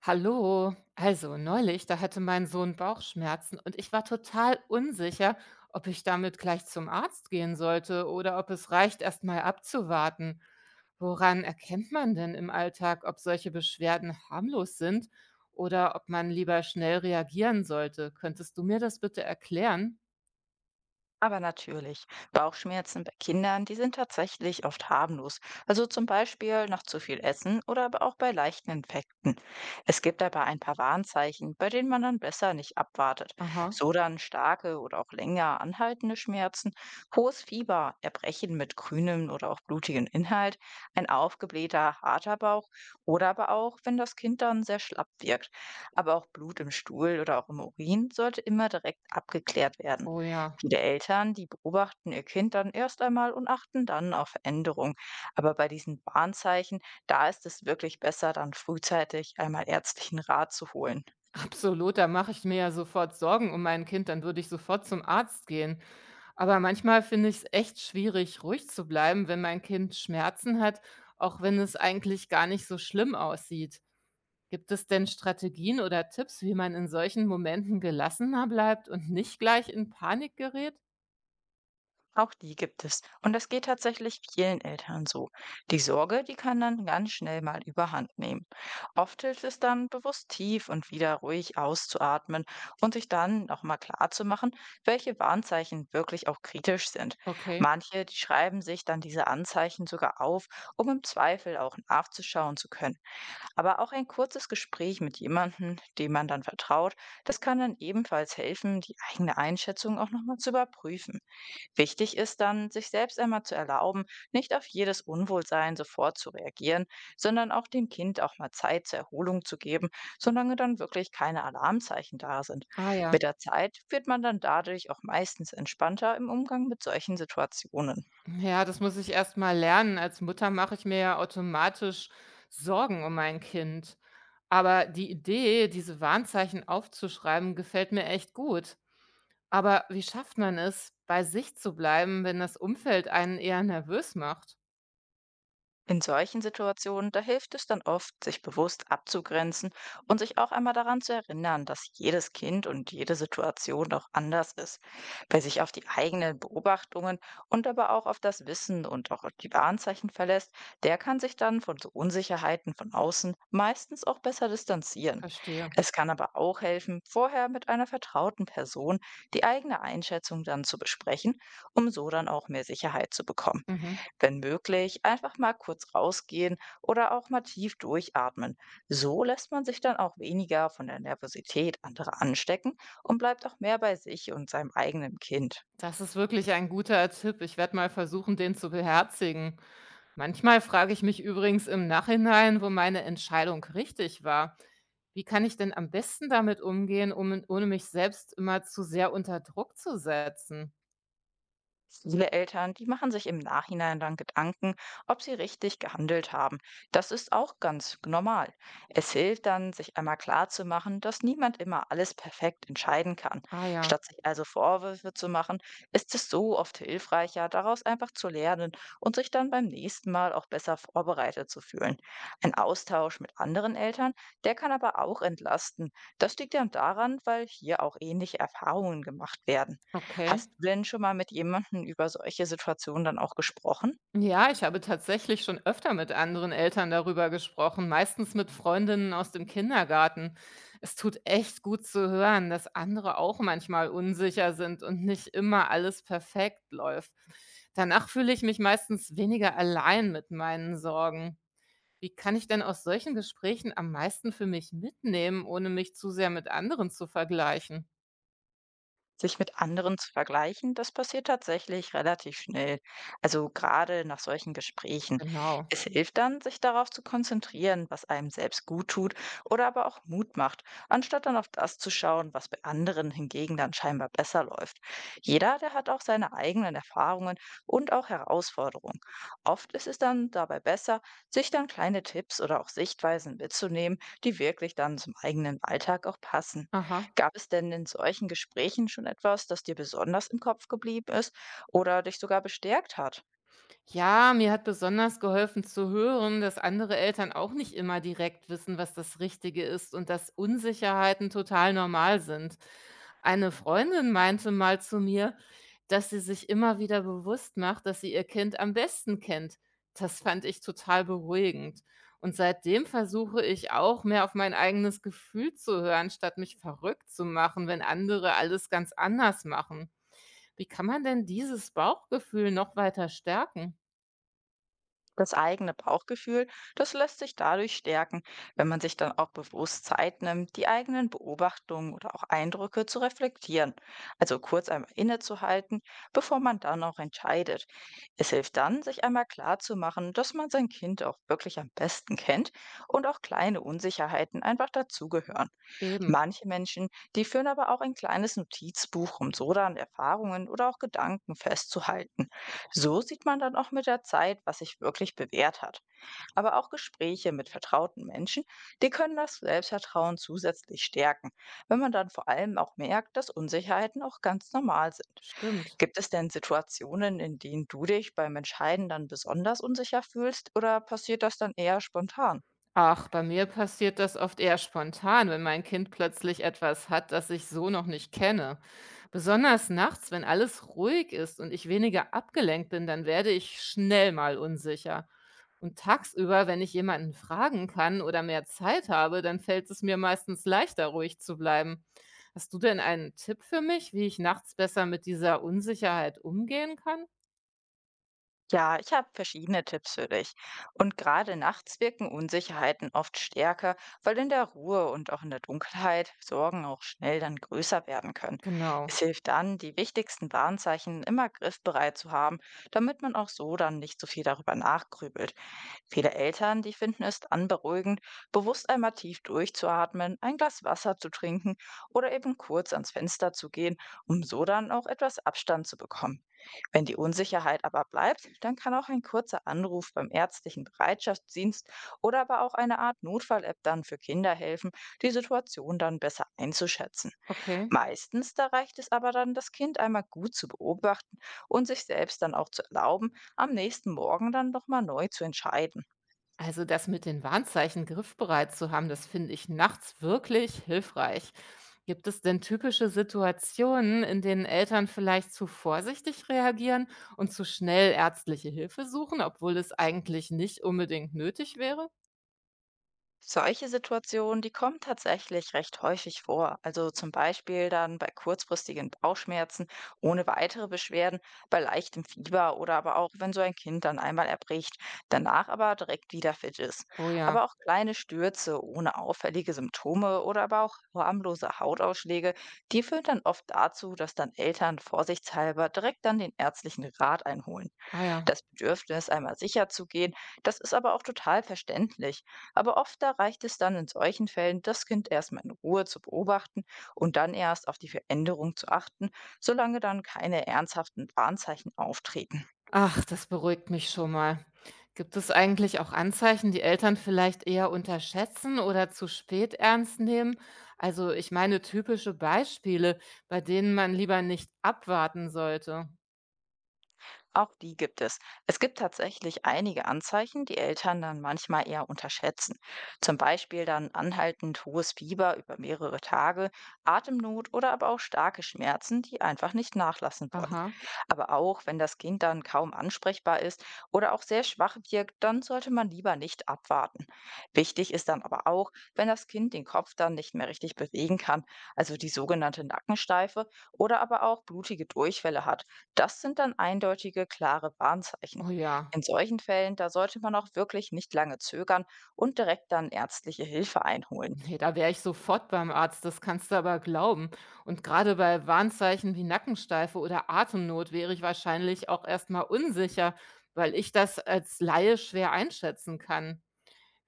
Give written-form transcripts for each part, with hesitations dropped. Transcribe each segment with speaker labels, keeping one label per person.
Speaker 1: Hallo, also neulich, da hatte mein Sohn Bauchschmerzen und ich war total unsicher, ob ich damit gleich zum Arzt gehen sollte oder ob es reicht, erst mal abzuwarten. Woran erkennt man denn im Alltag, ob solche Beschwerden harmlos sind oder ob man lieber schnell reagieren sollte? Könntest du mir das bitte erklären?
Speaker 2: Aber natürlich, Bauchschmerzen bei Kindern, die sind tatsächlich oft harmlos. Also zum Beispiel nach zu viel Essen oder aber auch bei leichten Infekten. Es gibt aber ein paar Warnzeichen, bei denen man dann besser nicht abwartet.
Speaker 1: Aha.
Speaker 2: So dann starke oder auch länger anhaltende Schmerzen, hohes Fieber, Erbrechen mit grünem oder auch blutigem Inhalt, ein aufgeblähter, harter Bauch oder aber auch, wenn das Kind dann sehr schlapp wirkt. Aber auch Blut im Stuhl oder auch im Urin sollte immer direkt abgeklärt werden.
Speaker 1: Oh ja,
Speaker 2: Viele Eltern, die beobachten ihr Kind dann erst einmal und achten dann auf Veränderungen. Aber bei diesen Warnzeichen, da ist es wirklich besser, dann frühzeitig einmal ärztlichen Rat zu holen.
Speaker 1: absolut, da mache ich mir ja sofort Sorgen um mein Kind, dann würde ich sofort zum Arzt gehen. Aber manchmal finde ich es echt schwierig, ruhig zu bleiben, wenn mein Kind Schmerzen hat, auch wenn es eigentlich gar nicht so schlimm aussieht. Gibt es denn Strategien oder Tipps, wie man in solchen Momenten gelassener bleibt und nicht gleich in Panik gerät?
Speaker 2: Auch die gibt es. Und das geht tatsächlich vielen Eltern so. Die Sorge, die kann dann ganz schnell mal überhand nehmen. Oft hilft es dann, bewusst tief und wieder ruhig auszuatmen und sich dann nochmal klarzumachen, welche Warnzeichen wirklich auch kritisch sind.
Speaker 1: Okay.
Speaker 2: Manche, die schreiben sich dann diese Anzeichen sogar auf, um im Zweifel auch nachzuschauen zu können. Aber auch ein kurzes Gespräch mit jemandem, dem man dann vertraut, das kann dann ebenfalls helfen, die eigene Einschätzung auch nochmal zu überprüfen. Wichtig ist dann, sich selbst einmal zu erlauben, nicht auf jedes Unwohlsein sofort zu reagieren, sondern auch dem Kind auch mal Zeit zur Erholung zu geben, solange dann wirklich keine Alarmzeichen da sind.
Speaker 1: Ah ja.
Speaker 2: Mit der Zeit wird man dann dadurch auch meistens entspannter im Umgang mit solchen Situationen.
Speaker 1: Ja, das muss ich erst mal lernen. Als Mutter mache ich mir ja automatisch Sorgen um mein Kind. Aber die Idee, diese Warnzeichen aufzuschreiben, gefällt mir echt gut. Aber wie schafft man es, bei sich zu bleiben, wenn das Umfeld einen eher nervös macht?
Speaker 2: In solchen Situationen, da hilft es dann oft, sich bewusst abzugrenzen und sich auch einmal daran zu erinnern, dass jedes Kind und jede Situation auch anders ist. Wer sich auf die eigenen Beobachtungen und aber auch auf das Wissen und auch auf die Warnzeichen verlässt, der kann sich dann von so Unsicherheiten von außen meistens auch besser distanzieren.
Speaker 1: Verstehe.
Speaker 2: Es kann aber auch helfen, vorher mit einer vertrauten Person die eigene Einschätzung dann zu besprechen, um so dann auch mehr Sicherheit zu bekommen.
Speaker 1: Mhm.
Speaker 2: Wenn möglich, einfach mal kurz rausgehen oder auch mal tief durchatmen. So lässt man sich dann auch weniger von der Nervosität anderer anstecken und bleibt auch mehr bei sich und seinem eigenen Kind.
Speaker 1: Das ist wirklich ein guter Tipp. Ich werde mal versuchen, den zu beherzigen. Manchmal frage ich mich übrigens im Nachhinein, wo meine Entscheidung richtig war. Wie kann ich denn am besten damit umgehen, ohne mich selbst immer zu sehr unter Druck zu setzen?
Speaker 2: Viele Eltern, die machen sich im Nachhinein dann Gedanken, ob sie richtig gehandelt haben. Das ist auch ganz normal. Es hilft dann, sich einmal klarzumachen, dass niemand immer alles perfekt entscheiden kann.
Speaker 1: Ah ja,
Speaker 2: Statt sich also Vorwürfe zu machen, ist es so oft hilfreicher, daraus einfach zu lernen und sich dann beim nächsten Mal auch besser vorbereitet zu fühlen. Ein Austausch mit anderen Eltern, der kann aber auch entlasten. Das liegt dann daran, weil hier auch ähnliche Erfahrungen gemacht werden.
Speaker 1: okay.
Speaker 2: Hast du denn schon mal mit jemandem über solche Situationen dann auch gesprochen?
Speaker 1: Ja, ich habe tatsächlich schon öfter mit anderen Eltern darüber gesprochen, meistens mit Freundinnen aus dem Kindergarten. Es tut echt gut zu hören, dass andere auch manchmal unsicher sind und nicht immer alles perfekt läuft. Danach fühle ich mich meistens weniger allein mit meinen Sorgen. Wie kann ich denn aus solchen Gesprächen am meisten für mich mitnehmen, ohne mich zu sehr mit anderen zu vergleichen?
Speaker 2: Sich mit anderen zu vergleichen, das passiert tatsächlich relativ schnell. Also gerade nach solchen Gesprächen.
Speaker 1: Genau.
Speaker 2: Es hilft dann, sich darauf zu konzentrieren, was einem selbst gut tut oder aber auch Mut macht, anstatt dann auf das zu schauen, was bei anderen hingegen dann scheinbar besser läuft. Jeder, der hat auch seine eigenen Erfahrungen und auch Herausforderungen. Oft ist es dann dabei besser, sich dann kleine Tipps oder auch Sichtweisen mitzunehmen, die wirklich dann zum eigenen Alltag auch passen.
Speaker 1: Aha.
Speaker 2: Gab es denn in solchen Gesprächen schon etwas, das dir besonders im Kopf geblieben ist oder dich sogar bestärkt hat?
Speaker 1: Ja, mir hat besonders geholfen zu hören, dass andere Eltern auch nicht immer direkt wissen, was das Richtige ist und dass Unsicherheiten total normal sind. Eine Freundin meinte mal zu mir, dass sie sich immer wieder bewusst macht, dass sie ihr Kind am besten kennt. Das fand ich total beruhigend. Und seitdem versuche ich auch mehr auf mein eigenes Gefühl zu hören, statt mich verrückt zu machen, wenn andere alles ganz anders machen. Wie kann man denn dieses Bauchgefühl noch weiter stärken?
Speaker 2: Das eigene Bauchgefühl, das lässt sich dadurch stärken, wenn man sich dann auch bewusst Zeit nimmt, die eigenen Beobachtungen oder auch Eindrücke zu reflektieren. Also kurz einmal innezuhalten, bevor man dann auch entscheidet. Es hilft dann, sich einmal klar zu machen, dass man sein Kind auch wirklich am besten kennt und auch kleine Unsicherheiten einfach dazugehören.
Speaker 1: Eben.
Speaker 2: Manche Menschen, die führen aber auch ein kleines Notizbuch, um so dann Erfahrungen oder auch Gedanken festzuhalten. So sieht man dann auch mit der Zeit, was sich wirklich bewährt hat. Aber auch Gespräche mit vertrauten Menschen, die können das Selbstvertrauen zusätzlich stärken, wenn man dann vor allem auch merkt, dass Unsicherheiten auch ganz normal sind.
Speaker 1: Stimmt.
Speaker 2: Gibt es denn Situationen, in denen du dich beim Entscheiden dann besonders unsicher fühlst oder passiert das dann eher spontan?
Speaker 1: Ach, bei mir passiert das oft eher spontan, wenn mein Kind plötzlich etwas hat, das ich so noch nicht kenne. Besonders nachts, wenn alles ruhig ist und ich weniger abgelenkt bin, dann werde ich schnell mal unsicher. Und tagsüber, wenn ich jemanden fragen kann oder mehr Zeit habe, dann fällt es mir meistens leichter, ruhig zu bleiben. Hast du denn einen Tipp für mich, wie ich nachts besser mit dieser Unsicherheit umgehen kann?
Speaker 2: Ja, ich habe verschiedene Tipps für dich. Und gerade nachts wirken Unsicherheiten oft stärker, weil in der Ruhe und auch in der Dunkelheit Sorgen auch schnell dann größer werden können. Es
Speaker 1: Genau.
Speaker 2: hilft dann, die wichtigsten Warnzeichen immer griffbereit zu haben, damit man auch so dann nicht so viel darüber nachgrübelt. Viele Eltern, die finden es dann beruhigend, bewusst einmal tief durchzuatmen, ein Glas Wasser zu trinken oder eben kurz ans Fenster zu gehen, um so dann auch etwas Abstand zu bekommen. Wenn die Unsicherheit aber bleibt, dann kann auch ein kurzer Anruf beim ärztlichen Bereitschaftsdienst oder aber auch eine Art Notfall-App dann für Kinder helfen, die Situation dann besser einzuschätzen.
Speaker 1: Okay.
Speaker 2: Meistens da reicht es aber dann, das Kind einmal gut zu beobachten und sich selbst dann auch zu erlauben, am nächsten Morgen dann nochmal neu zu entscheiden.
Speaker 1: Also das mit den Warnzeichen griffbereit zu haben, das finde ich nachts wirklich hilfreich. Gibt es denn typische Situationen, in denen Eltern vielleicht zu vorsichtig reagieren und zu schnell ärztliche Hilfe suchen, obwohl es eigentlich nicht unbedingt nötig wäre?
Speaker 2: Solche Situationen, die kommen tatsächlich recht häufig vor. Also zum Beispiel dann bei kurzfristigen Bauchschmerzen ohne weitere Beschwerden, bei leichtem Fieber oder aber auch, wenn so ein Kind dann einmal erbricht, danach aber direkt wieder fit ist.
Speaker 1: Oh ja,
Speaker 2: Aber auch kleine Stürze ohne auffällige Symptome oder aber auch harmlose Hautausschläge, die führen dann oft dazu, dass dann Eltern vorsichtshalber direkt dann den ärztlichen Rat einholen.
Speaker 1: ah ja.
Speaker 2: Das Bedürfnis, einmal sicher zu gehen, das ist aber auch total verständlich. Aber oft da reicht es dann in solchen Fällen, das Kind erstmal in Ruhe zu beobachten und dann erst auf die Veränderung zu achten, solange dann keine ernsthaften Warnzeichen auftreten.
Speaker 1: Ach, das beruhigt mich schon mal. Gibt es eigentlich auch Anzeichen, die Eltern vielleicht eher unterschätzen oder zu spät ernst nehmen? Also ich meine typische Beispiele, bei denen man lieber nicht abwarten sollte.
Speaker 2: Auch die gibt es. Es gibt tatsächlich einige Anzeichen, die Eltern dann manchmal eher unterschätzen. Zum Beispiel dann anhaltend hohes Fieber über mehrere Tage, Atemnot oder aber auch starke Schmerzen, die einfach nicht nachlassen wollen.
Speaker 1: Aha,
Speaker 2: Aber auch wenn das Kind dann kaum ansprechbar ist oder auch sehr schwach wirkt, dann sollte man lieber nicht abwarten. Wichtig ist dann aber auch, wenn das Kind den Kopf dann nicht mehr richtig bewegen kann, also die sogenannte Nackensteife oder aber auch blutige Durchfälle hat. Das sind dann eindeutige, klare Warnzeichen.
Speaker 1: oh ja.
Speaker 2: In solchen Fällen, da sollte man auch wirklich nicht lange zögern und direkt dann ärztliche Hilfe einholen.
Speaker 1: Nee, da wäre ich sofort beim Arzt, das kannst du aber glauben. Und gerade bei Warnzeichen wie Nackensteife oder Atemnot wäre ich wahrscheinlich auch erstmal unsicher, weil ich das als Laie schwer einschätzen kann.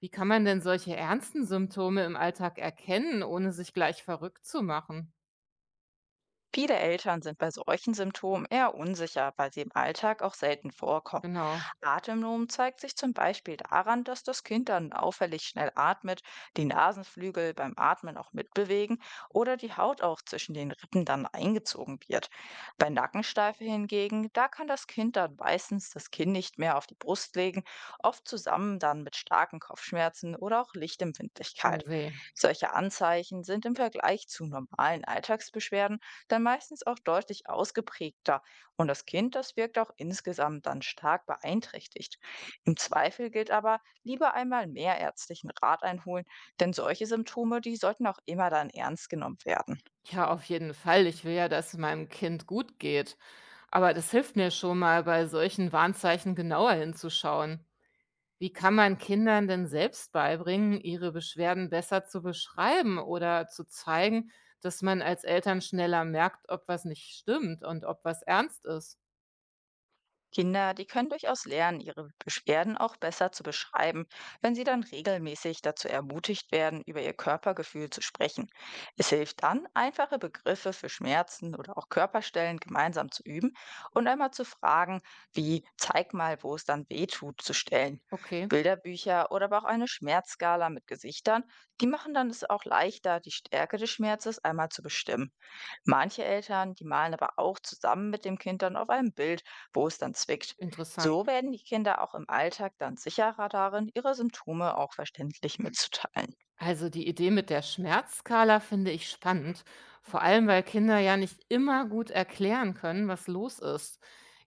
Speaker 1: Wie kann man denn solche ernsten Symptome im Alltag erkennen, ohne sich gleich verrückt zu machen?
Speaker 2: Viele Eltern sind bei solchen Symptomen eher unsicher, weil sie im Alltag auch selten vorkommen.
Speaker 1: Genau.
Speaker 2: Atemnom zeigt sich zum Beispiel daran, dass das Kind dann auffällig schnell atmet, die Nasenflügel beim Atmen auch mitbewegen oder die Haut auch zwischen den Rippen dann eingezogen wird. Bei Nackensteife hingegen, da kann das Kind dann meistens das Kinn nicht mehr auf die Brust legen, oft zusammen dann mit starken Kopfschmerzen oder auch
Speaker 1: Oh
Speaker 2: Lichtempfindlichkeit.
Speaker 1: weh.
Speaker 2: Solche Anzeichen sind im Vergleich zu normalen Alltagsbeschwerden dann meistens auch deutlich ausgeprägter und das Kind, das wirkt auch insgesamt dann stark beeinträchtigt. Im Zweifel gilt aber, lieber einmal mehr ärztlichen Rat einholen, denn solche Symptome, die sollten auch immer dann ernst genommen werden.
Speaker 1: Ja, auf jeden Fall. Ich will ja, dass es meinem Kind gut geht. Aber das hilft mir schon mal, bei solchen Warnzeichen genauer hinzuschauen. Wie kann man Kindern denn selbst beibringen, ihre Beschwerden besser zu beschreiben oder zu zeigen, dass man als Eltern schneller merkt, ob was nicht stimmt und ob was ernst ist?
Speaker 2: Kinder, die können durchaus lernen, ihre Beschwerden auch besser zu beschreiben, wenn sie dann regelmäßig dazu ermutigt werden, über ihr Körpergefühl zu sprechen. Es hilft dann, einfache Begriffe für Schmerzen oder auch Körperstellen gemeinsam zu üben und einmal zu fragen, wie zeig mal, wo es dann weh tut, zu stellen.
Speaker 1: Okay,
Speaker 2: Bilderbücher oder aber auch eine Schmerzskala mit Gesichtern, die machen dann es auch leichter, die Stärke des Schmerzes einmal zu bestimmen. Manche Eltern, die malen aber auch zusammen mit dem Kind dann auf einem Bild, wo es dann zwickt.
Speaker 1: interessant.
Speaker 2: So werden die Kinder auch im Alltag dann sicherer darin, ihre Symptome auch verständlich mitzuteilen.
Speaker 1: Also die Idee mit der Schmerzskala finde ich spannend, vor allem weil Kinder ja nicht immer gut erklären können, was los ist.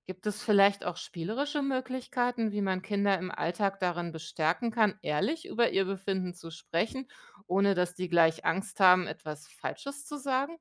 Speaker 1: Gibt es vielleicht auch spielerische Möglichkeiten, wie man Kinder im Alltag darin bestärken kann, ehrlich über ihr Befinden zu sprechen, ohne dass die gleich Angst haben, etwas Falsches zu sagen?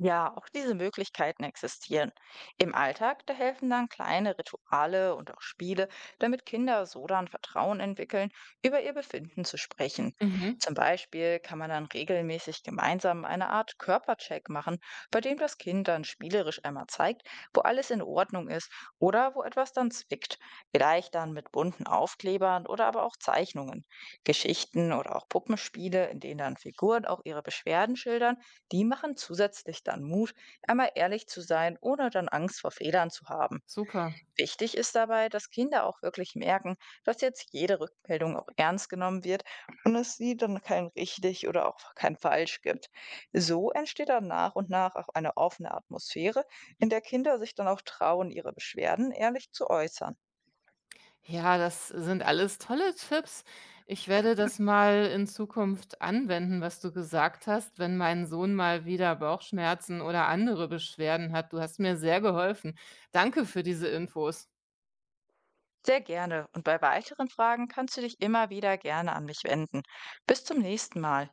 Speaker 2: Ja, auch diese Möglichkeiten existieren. Im Alltag, da helfen dann kleine Rituale und auch Spiele, damit Kinder so dann Vertrauen entwickeln, über ihr Befinden zu sprechen.
Speaker 1: Mhm.
Speaker 2: Zum Beispiel kann man dann regelmäßig gemeinsam eine Art Körpercheck machen, bei dem das Kind dann spielerisch einmal zeigt, wo alles in Ordnung ist oder wo etwas dann zwickt. Vielleicht dann mit bunten Aufklebern oder aber auch Zeichnungen. Geschichten oder auch Puppenspiele, in denen dann Figuren auch ihre Beschwerden schildern die machen zusätzlich dann Mut, einmal ehrlich zu sein, ohne dann Angst vor Fehlern zu haben.
Speaker 1: Super.
Speaker 2: Wichtig ist dabei, dass Kinder auch wirklich merken, dass jetzt jede Rückmeldung auch ernst genommen wird und es sie dann kein richtig oder auch kein falsch gibt. So entsteht dann nach und nach auch eine offene Atmosphäre, in der Kinder sich dann auch trauen, ihre Beschwerden ehrlich zu äußern.
Speaker 1: Ja, das sind alles tolle Tipps. Ich werde das mal in Zukunft anwenden, was du gesagt hast, wenn mein Sohn mal wieder Bauchschmerzen oder andere Beschwerden hat. Du hast mir sehr geholfen. Danke für diese Infos.
Speaker 2: Sehr gerne und bei weiteren Fragen kannst du dich immer wieder gerne an mich wenden. Bis zum nächsten Mal.